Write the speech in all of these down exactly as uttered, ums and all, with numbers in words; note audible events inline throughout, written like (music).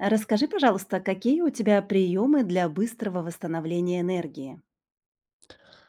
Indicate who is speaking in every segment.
Speaker 1: Расскажи, пожалуйста, какие у тебя приемы для быстрого восстановления энергии?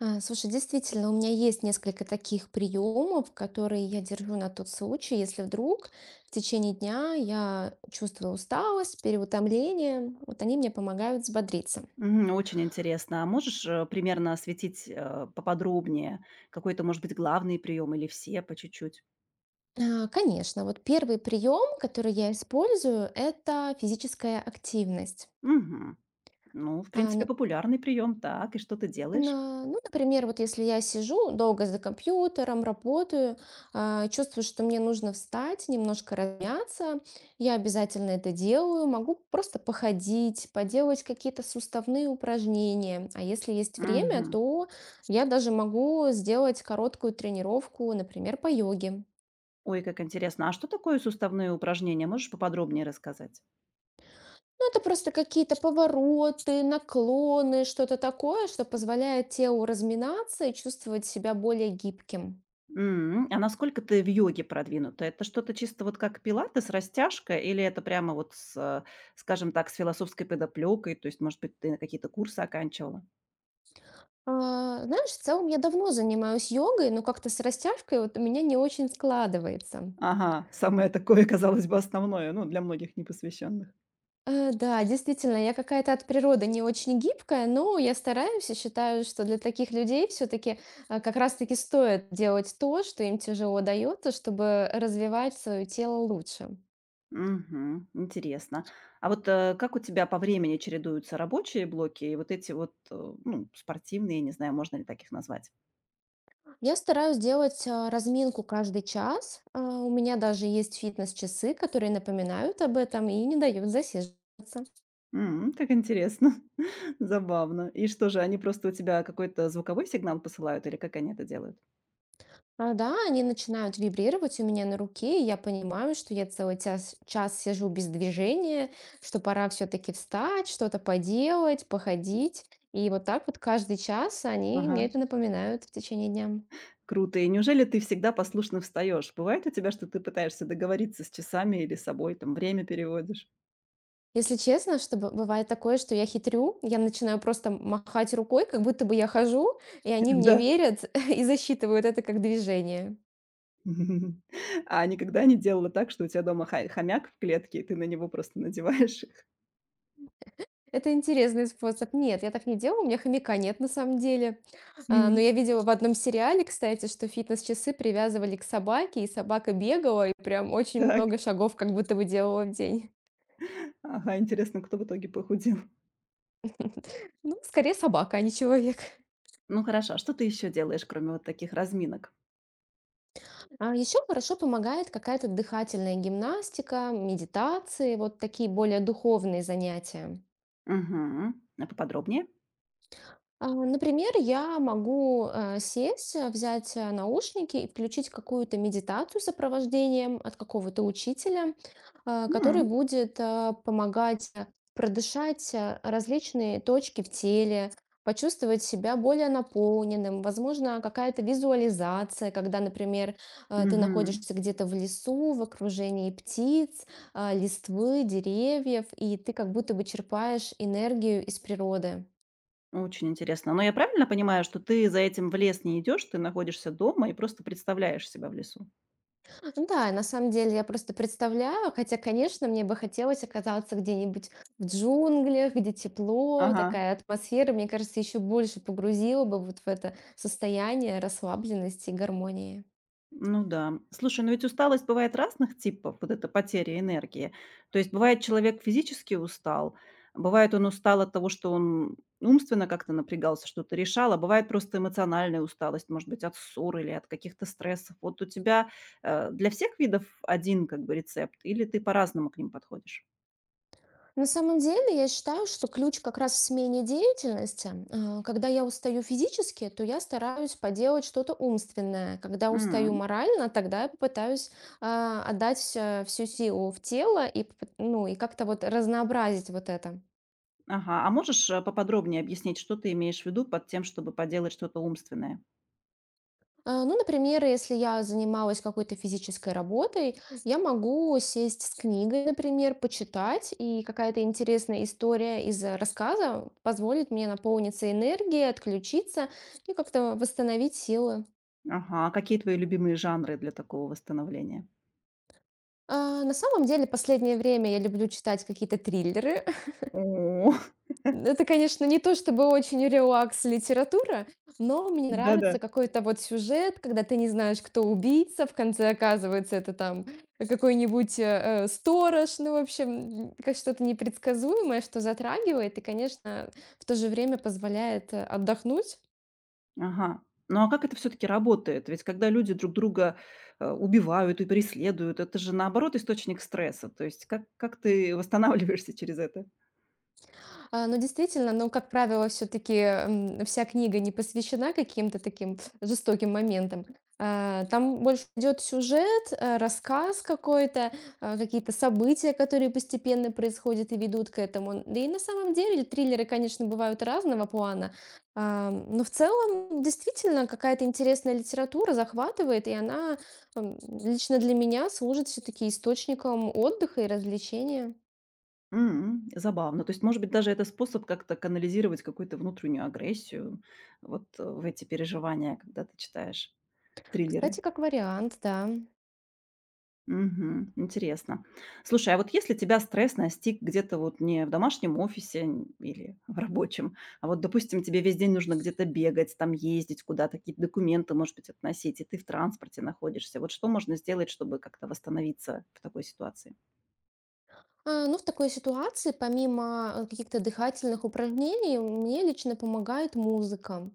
Speaker 2: А, Слушай, действительно, у меня есть несколько таких приемов, которые я держу на тот случай, если вдруг в течение дня я чувствую усталость, переутомление, вот они мне помогают взбодриться.
Speaker 1: Мгм, очень интересно. А можешь, э, примерно осветить, э, поподробнее? Какой-то, может быть, главный прием или все по чуть-чуть?
Speaker 2: А, Конечно, вот первый прием, который я использую, это физическая активность.
Speaker 1: Мгм. Ну, в
Speaker 2: А,
Speaker 1: принципе, популярный прием. Так, и что ты делаешь?
Speaker 2: На- Ну, например, вот если я сижу долго за компьютером, работаю, а, чувствую, что мне нужно встать, немножко размяться, я обязательно это делаю. Могу просто походить, поделать какие-то суставные упражнения. А если есть время,
Speaker 1: Мгм.
Speaker 2: то я даже могу сделать короткую тренировку, например, по йоге.
Speaker 1: Ой, как интересно. А что такое суставные упражнения? Можешь поподробнее рассказать?
Speaker 2: Ну, это просто какие-то повороты, наклоны, что-то такое, что позволяет телу разминаться и чувствовать себя более гибким.
Speaker 1: М, а насколько ты в йоге продвинута? Это что-то чисто вот как пилатес, растяжка, или это прямо вот с, э, скажем так, с философской подоплёкой? То есть, может быть, ты какие-то курсы оканчивала?
Speaker 2: А, знаешь, в целом я давно занимаюсь йогой, но как-то с растяжкой вот у меня не очень складывается.
Speaker 1: Ага, самое такое, (laughs) казалось бы, основное, ну, для многих непосвященных.
Speaker 2: Э, да, действительно, я какая-то от природы не очень гибкая, но я стараюсь и считаю, что для таких людей все-таки как раз-таки стоит делать то, что им тяжело дается, чтобы развивать свое тело лучше.
Speaker 1: Мгм. Интересно. А вот, э, как у тебя по времени чередуются рабочие блоки и вот эти вот, э, ну, спортивные, не знаю, можно ли таких назвать?
Speaker 2: Я стараюсь делать а, разминку каждый час. А, У меня даже есть фитнес-часы, которые напоминают об этом и не дают засиживаться.
Speaker 1: М, как интересно, (laughs) забавно. И что же, они просто у тебя какой-то звуковой сигнал посылают или как они это делают?
Speaker 2: А, да, они начинают вибрировать у меня на руке, и я понимаю, что я целый тяс- час сижу без движения, что пора все-таки встать, что-то поделать, походить. И вот так вот каждый час они мне
Speaker 1: Ага,
Speaker 2: это напоминают в течение дня.
Speaker 1: круто. И неужели ты всегда послушно встаешь? Бывает у тебя, что ты пытаешься договориться с часами или с собой, там время переводишь?
Speaker 2: Если честно, что бы- бывает такое, что я хитрю, я начинаю просто махать рукой, как будто бы я хожу, и они
Speaker 1: (laughs)
Speaker 2: мне
Speaker 1: Да.
Speaker 2: верят (laughs) и засчитывают это как движение.
Speaker 1: (laughs) А никогда не делала так, что у тебя дома хо хомяк в клетке, и ты на него просто надеваешь их?
Speaker 2: Это интересный способ. Нет, я так не делала, у меня хомяка нет на самом деле. А, но
Speaker 1: М,
Speaker 2: я видела в одном сериале, кстати, что фитнес-часы привязывали к собаке, и собака бегала, и прям очень
Speaker 1: так.
Speaker 2: много шагов как будто бы делала в день.
Speaker 1: Ага, интересно, кто в итоге похудел?
Speaker 2: Ну, скорее собака, а не человек.
Speaker 1: Ну хорошо, а что ты еще делаешь, кроме вот таких разминок?
Speaker 2: А еще хорошо помогает какая-то дыхательная гимнастика, медитации, вот такие более духовные занятия.
Speaker 1: Мгм. А поподробнее?
Speaker 2: А, Например, я могу э, сесть, э, взять э, наушники и включить какую-то медитацию с сопровождением от какого-то учителя, э, который
Speaker 1: М,
Speaker 2: будет э, помогать э, продышать э, различные точки в теле, почувствовать себя более наполненным. Возможно, какая-то визуализация, когда, например, э, ты
Speaker 1: мгм.
Speaker 2: находишься где-то в лесу, в окружении птиц, э, листвы, деревьев, и ты как будто бы черпаешь энергию из природы.
Speaker 1: Очень интересно. Но я правильно понимаю, что ты за этим в лес не идешь, ты находишься дома и просто представляешь себя в лесу?
Speaker 2: Ну да, на самом деле я просто представляю, хотя, конечно, мне бы хотелось оказаться где-нибудь в джунглях, где тепло,
Speaker 1: Ага,
Speaker 2: такая атмосфера, мне кажется, еще больше погрузила бы вот в это состояние расслабленности и гармонии.
Speaker 1: ну да. Слушай, ну ведь усталость бывает разных типов, вот эта потеря энергии. То есть бывает, человек физически устал, бывает, он устал от того, что он умственно как-то напрягался, что-то решал, а бывает просто эмоциональная усталость, может быть, от ссор или от каких-то стрессов. Вот у тебя э, для всех видов один как бы рецепт, или ты по-разному к ним подходишь?
Speaker 2: На самом деле, я считаю, что ключ как раз в смене деятельности. А, Когда я устаю физически, то я стараюсь поделать что-то умственное. Когда устаю
Speaker 1: М,
Speaker 2: морально, тогда я попытаюсь а, отдать всё- всю силу в тело и, поп- ну, и как-то вот разнообразить вот это.
Speaker 1: ага, а можешь э, поподробнее объяснить, что ты имеешь в виду под тем, чтобы поделать что-то умственное?
Speaker 2: А, Ну, например, если я занималась какой-то физической работой, я могу сесть с книгой, например, почитать, и какая-то интересная история из э, рассказа позволит мне наполниться энергией, отключиться и как-то восстановить силы.
Speaker 1: Ага, а какие твои любимые жанры для такого восстановления?
Speaker 2: А, На самом деле, последнее время я люблю читать какие-то триллеры, (laughs)
Speaker 1: О,
Speaker 2: Это, конечно, не то чтобы очень релакс литература, но мне
Speaker 1: (laughs) да-да.
Speaker 2: нравится какой-то вот сюжет, когда ты не знаешь, кто убийца, в конце оказывается это там какой-нибудь, э, э, сторож, ну, в общем, м, как что-то непредсказуемое, что затрагивает и, конечно, в то же время позволяет, э, отдохнуть.
Speaker 1: Ага. Ну, а как это все таки работает? Ведь когда люди друг друга, э, убивают и преследуют, это же, наоборот, источник стресса. То есть как как ты восстанавливаешься через это?
Speaker 2: А, ну, действительно, но, как правило, все-таки вся книга не посвящена каким-то таким жестоким моментам. А, Там больше идет сюжет, э, рассказ какой-то, а, какие-то события, которые постепенно происходят и ведут к этому. Да и на самом деле триллеры, конечно, бывают разного плана, А, но в целом действительно какая-то интересная литература захватывает, и она м, лично для меня служит все-таки источником отдыха и развлечения.
Speaker 1: М, забавно. То есть, может быть, даже это способ как-то канализировать какую-то внутреннюю агрессию вот э, в эти переживания, когда ты читаешь триллеры?
Speaker 2: Кстати, как вариант, да.
Speaker 1: Мгм. Интересно. Слушай, а вот если тебя стресс настиг где-то вот не в домашнем офисе н- или в рабочем, а вот, допустим, тебе весь день нужно где-то бегать, там ездить куда-то, какие-то документы, может быть, относить, и ты в транспорте находишься, вот что можно сделать, чтобы как-то восстановиться в такой ситуации?
Speaker 2: А, Ну, в такой ситуации, помимо э, каких-то дыхательных упражнений, мне лично помогает музыка.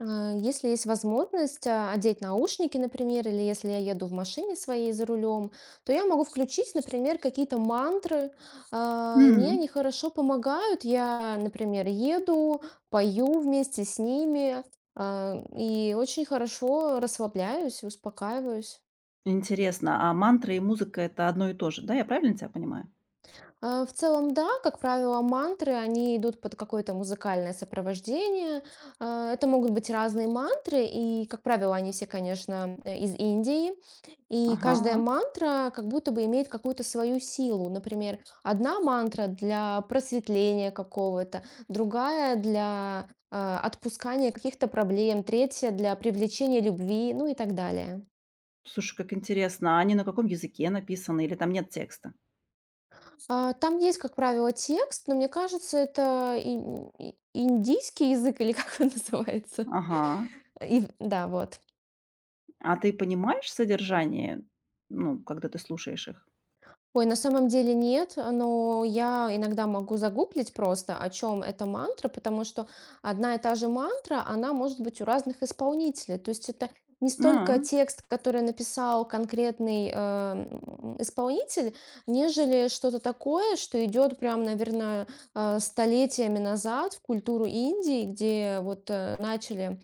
Speaker 2: А, Если есть возможность а, одеть наушники, например, или если я еду в машине своей за рулем, то я могу включить, например, какие-то мантры, а, и мне
Speaker 1: Мгм,
Speaker 2: они хорошо помогают. Я, например, еду, пою вместе с ними, а, и очень хорошо расслабляюсь, успокаиваюсь.
Speaker 1: интересно. А мантра и музыка – это одно и то же, да? Я правильно тебя понимаю?
Speaker 2: Э, В целом, да, как правило, мантры, они идут под какое-то музыкальное сопровождение. Э, Это могут быть разные мантры, и, как правило, они все, конечно, э, из Индии. И каждая
Speaker 1: Ага.
Speaker 2: мантра как будто бы имеет какую-то свою силу. Например, одна мантра для просветления какого-то, другая для э, отпускания каких-то проблем, третья для привлечения любви, ну и так далее.
Speaker 1: Слушай, как интересно. А они на каком языке написаны или там нет текста?
Speaker 2: А, Там есть, как правило, текст, но мне кажется, это ин- и- индийский язык или как он (laughs) называется.
Speaker 1: Ага.
Speaker 2: И, да, вот.
Speaker 1: А ты понимаешь содержание, ну, когда ты слушаешь их?
Speaker 2: Ой, на самом деле нет, но я иногда могу загуглить просто, о чем эта мантра, потому что одна и та же мантра, она может быть у разных исполнителей. То есть это не
Speaker 1: А,
Speaker 2: столько текст, который написал конкретный э, м, исполнитель, нежели что-то такое, что идет прям, наверное, э, столетиями назад в культуру Индии, где вот э, начали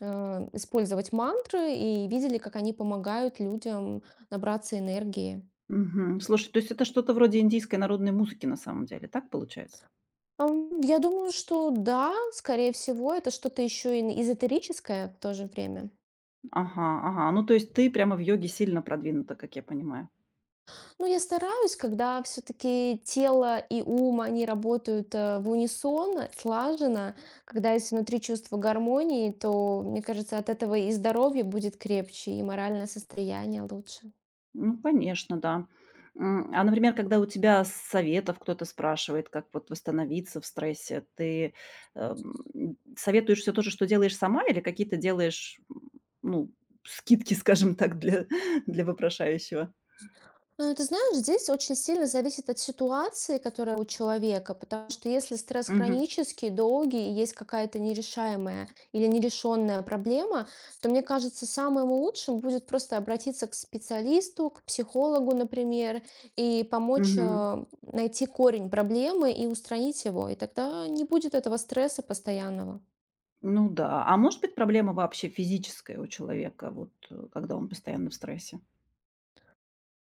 Speaker 2: э, использовать мантры и видели, как они помогают людям набраться энергии.
Speaker 1: мгм. Слушай, то есть это что-то вроде индийской народной музыки на самом деле, так получается?
Speaker 2: Ам, я думаю, что да, скорее всего, это что-то еще и эзотерическое в то же время.
Speaker 1: Ага, ага. Ну, то есть ты прямо в йоге сильно продвинута, как я понимаю.
Speaker 2: Но я стараюсь, когда все-таки тело и ум, они работают э, в унисон, слаженно, когда есть внутри чувство гармонии, то, мне кажется, от этого и здоровье будет крепче, и моральное состояние лучше.
Speaker 1: Ну, конечно, да. М, а, например, когда у тебя советов кто-то спрашивает, как вот восстановиться в стрессе, ты эм, советуешь все то же, что делаешь сама, или какие-то делаешь, м, ну, скидки, скажем так, для, (laughs) для вопрошающего?
Speaker 2: Ну, ты знаешь, здесь очень сильно зависит от ситуации, которая у человека, потому что если стресс
Speaker 1: Мгм.
Speaker 2: хронический, долгий, и есть какая-то нерешаемая или нерешенная проблема, то, мне кажется, самым лучшим будет просто обратиться к специалисту, к психологу, например, и помочь
Speaker 1: Мгм.
Speaker 2: э, найти корень проблемы и устранить его. И тогда не будет этого стресса постоянного.
Speaker 1: Ну да. А может быть, проблема вообще физическая у человека, вот, э, когда он постоянно в стрессе?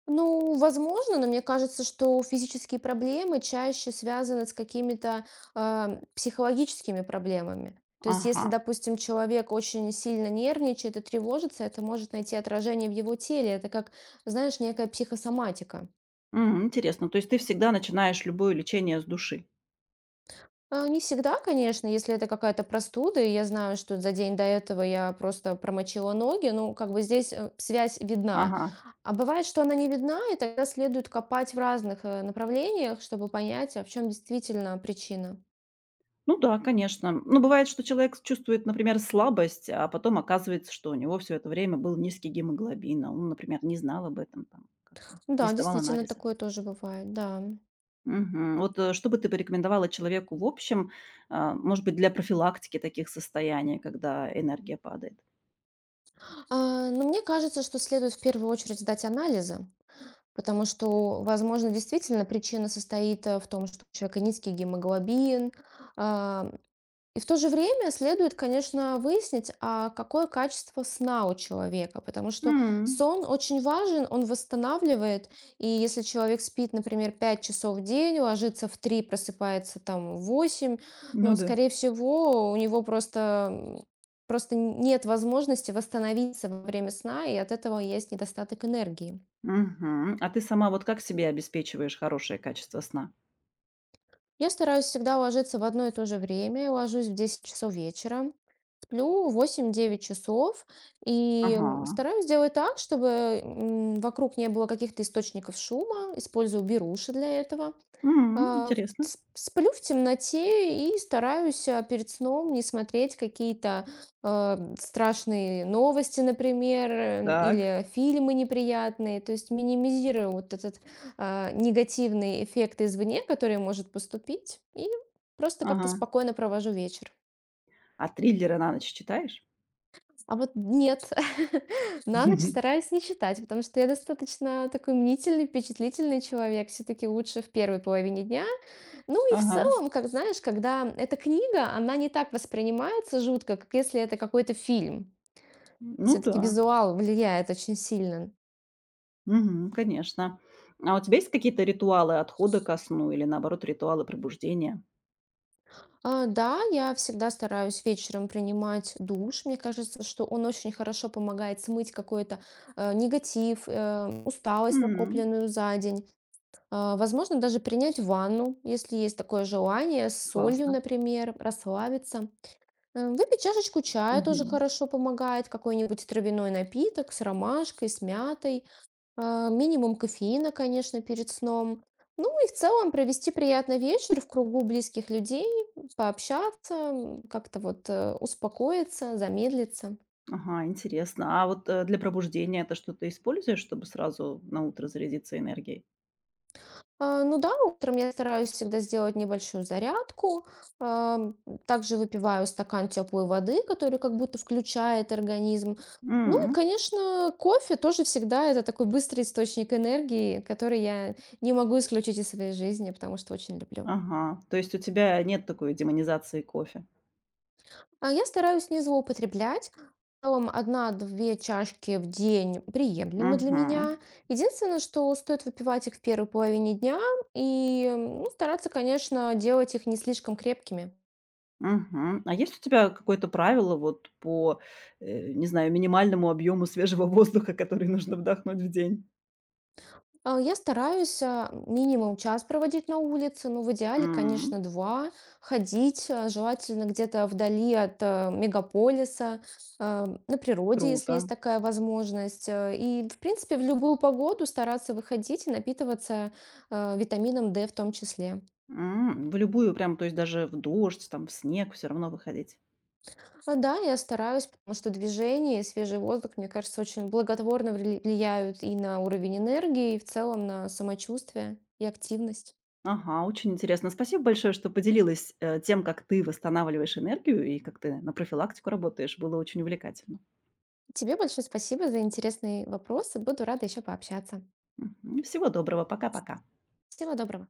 Speaker 2: Ну, возможно, но мне кажется, что физические проблемы чаще связаны с какими-то а, психологическими проблемами. То есть,
Speaker 1: Ага.
Speaker 2: если, допустим, человек очень сильно нервничает и тревожится, это может найти отражение в его теле. Это как, знаешь, некая психосоматика.
Speaker 1: М, интересно. То есть ты всегда начинаешь любое лечение с души?
Speaker 2: А, не всегда, конечно, если это какая-то простуда, и я знаю, что за день до этого я просто промочила ноги, ну, как бы здесь э, связь видна.
Speaker 1: Ага.
Speaker 2: А бывает, что она не видна, и тогда следует копать в разных э, направлениях, чтобы понять, а в чем действительно причина.
Speaker 1: Ну да, конечно. Ну, бывает, что человек чувствует, например, слабость, а потом оказывается, что у него все это время был низкий гемоглобин, а он, например, не знал об этом, там, как-то не
Speaker 2: Да,
Speaker 1: сдавал
Speaker 2: действительно,
Speaker 1: анализы.
Speaker 2: такое тоже бывает, да.
Speaker 1: Мгм. Вот э, что бы ты порекомендовала человеку в общем, а, может быть, для профилактики таких состояний, когда энергия падает?
Speaker 2: А, но мне кажется, что следует в первую очередь сдать анализы, потому что, возможно, действительно причина состоит э, в том, что у человека низкий гемоглобин, а, И в то же время следует, конечно, выяснить, а какое качество сна у человека, потому что
Speaker 1: М,
Speaker 2: сон очень важен, он восстанавливает, и если человек спит, например, пять часов в день, ложится в три, просыпается там в восемь,
Speaker 1: ну
Speaker 2: ну,
Speaker 1: да.
Speaker 2: скорее всего, у него просто, м, просто нет возможности восстановиться во время сна, и от этого есть недостаток энергии.
Speaker 1: Мгм. А ты сама вот как себе обеспечиваешь хорошее качество сна?
Speaker 2: Я стараюсь всегда ложиться в одно и то же время, ложусь в десять часов вечера. Сплю восемь-девять часов и, м,
Speaker 1: Ага.
Speaker 2: стараюсь делать так, чтобы, м, вокруг не было каких-то источников шума. Использую беруши для этого.
Speaker 1: М,
Speaker 2: А, в
Speaker 1: интересно.
Speaker 2: ц Сплю в темноте и стараюсь, а, перед сном не смотреть какие-то, а, страшные новости, например, э,
Speaker 1: Так.
Speaker 2: или фильмы неприятные. То есть минимизирую вот этот, а, негативный эффект извне, который может поступить, и просто как-то
Speaker 1: Ага.
Speaker 2: спокойно провожу вечер.
Speaker 1: А триллеры на ночь читаешь?
Speaker 2: А вот нет, (laughs) на ночь
Speaker 1: (laughs)
Speaker 2: стараюсь не читать, потому что я достаточно такой мнительный, впечатлительный человек, все-таки лучше в первой половине дня. Ну и в
Speaker 1: Ага.
Speaker 2: целом, как знаешь, когда эта книга, она не так воспринимается жутко, как если это какой-то фильм.
Speaker 1: Ну
Speaker 2: Все-таки
Speaker 1: да.
Speaker 2: визуал влияет очень сильно.
Speaker 1: Мгм, конечно. А у тебя есть какие-то ритуалы отхода ко сну или, наоборот, ритуалы пробуждения?
Speaker 2: А, да, я всегда стараюсь вечером принимать душ. Мне кажется, что он очень хорошо помогает смыть какой-то э, негатив, э, усталость,
Speaker 1: М,
Speaker 2: накопленную за день. А, Возможно, даже принять ванну, если есть такое желание, с солью,
Speaker 1: классно.
Speaker 2: например, расслабиться. Э, Выпить чашечку чая тоже
Speaker 1: Мгм.
Speaker 2: хорошо помогает, какой-нибудь травяной напиток с ромашкой, с мятой, а, минимум кофеина, конечно, перед сном. Ну и в целом провести приятный вечер в кругу близких людей, пообщаться, м, как-то вот э, успокоиться, замедлиться.
Speaker 1: Ага, интересно. А вот, э, для пробуждения это что-то используешь, чтобы сразу на утро зарядиться энергией?
Speaker 2: А, Ну да, утром я стараюсь всегда сделать небольшую зарядку. ам, Также выпиваю стакан теплой воды, который как будто включает организм. Ну и,
Speaker 1: М,
Speaker 2: конечно, кофе тоже всегда это такой быстрый источник энергии, который я не могу исключить из своей жизни, потому что очень люблю.
Speaker 1: ага. То есть у тебя нет такой демонизации кофе?
Speaker 2: А я стараюсь не злоупотреблять. В целом одна-две чашки в день приемлемы для
Speaker 1: Мгм.
Speaker 2: меня. Единственное, что стоит выпивать их в первой половине дня и, м, ну, стараться, конечно, делать их не слишком крепкими.
Speaker 1: Мгм. А есть у тебя какое-то правило вот по, э, не знаю, минимальному объему свежего (laughs) воздуха, который нужно вдохнуть в день?
Speaker 2: А, Я стараюсь а, минимум час проводить на улице, но в идеале, конечно,
Speaker 1: М.
Speaker 2: два. Ходить а, желательно где-то вдали от э, мегаполиса, а, на природе, если
Speaker 1: Круто.
Speaker 2: есть такая возможность. Э, И, в принципе, в любую погоду стараться выходить и напитываться э, витамином дэ в том числе.
Speaker 1: М. В любую прям, то есть даже в дождь, там, в снег все равно выходить.
Speaker 2: А, Да, я стараюсь, потому что движение и свежий воздух, мне кажется, очень благотворно вли- влияют и на уровень энергии, и в целом на самочувствие и активность.
Speaker 1: Ага, очень интересно. Спасибо большое, что поделилась, э, тем, как ты восстанавливаешь энергию и как ты на профилактику работаешь. Было очень увлекательно.
Speaker 2: Тебе большое спасибо за интересные вопросы. Буду рада еще пообщаться.
Speaker 1: Мгм. Всего доброго. Пока-пока.
Speaker 2: Всего доброго.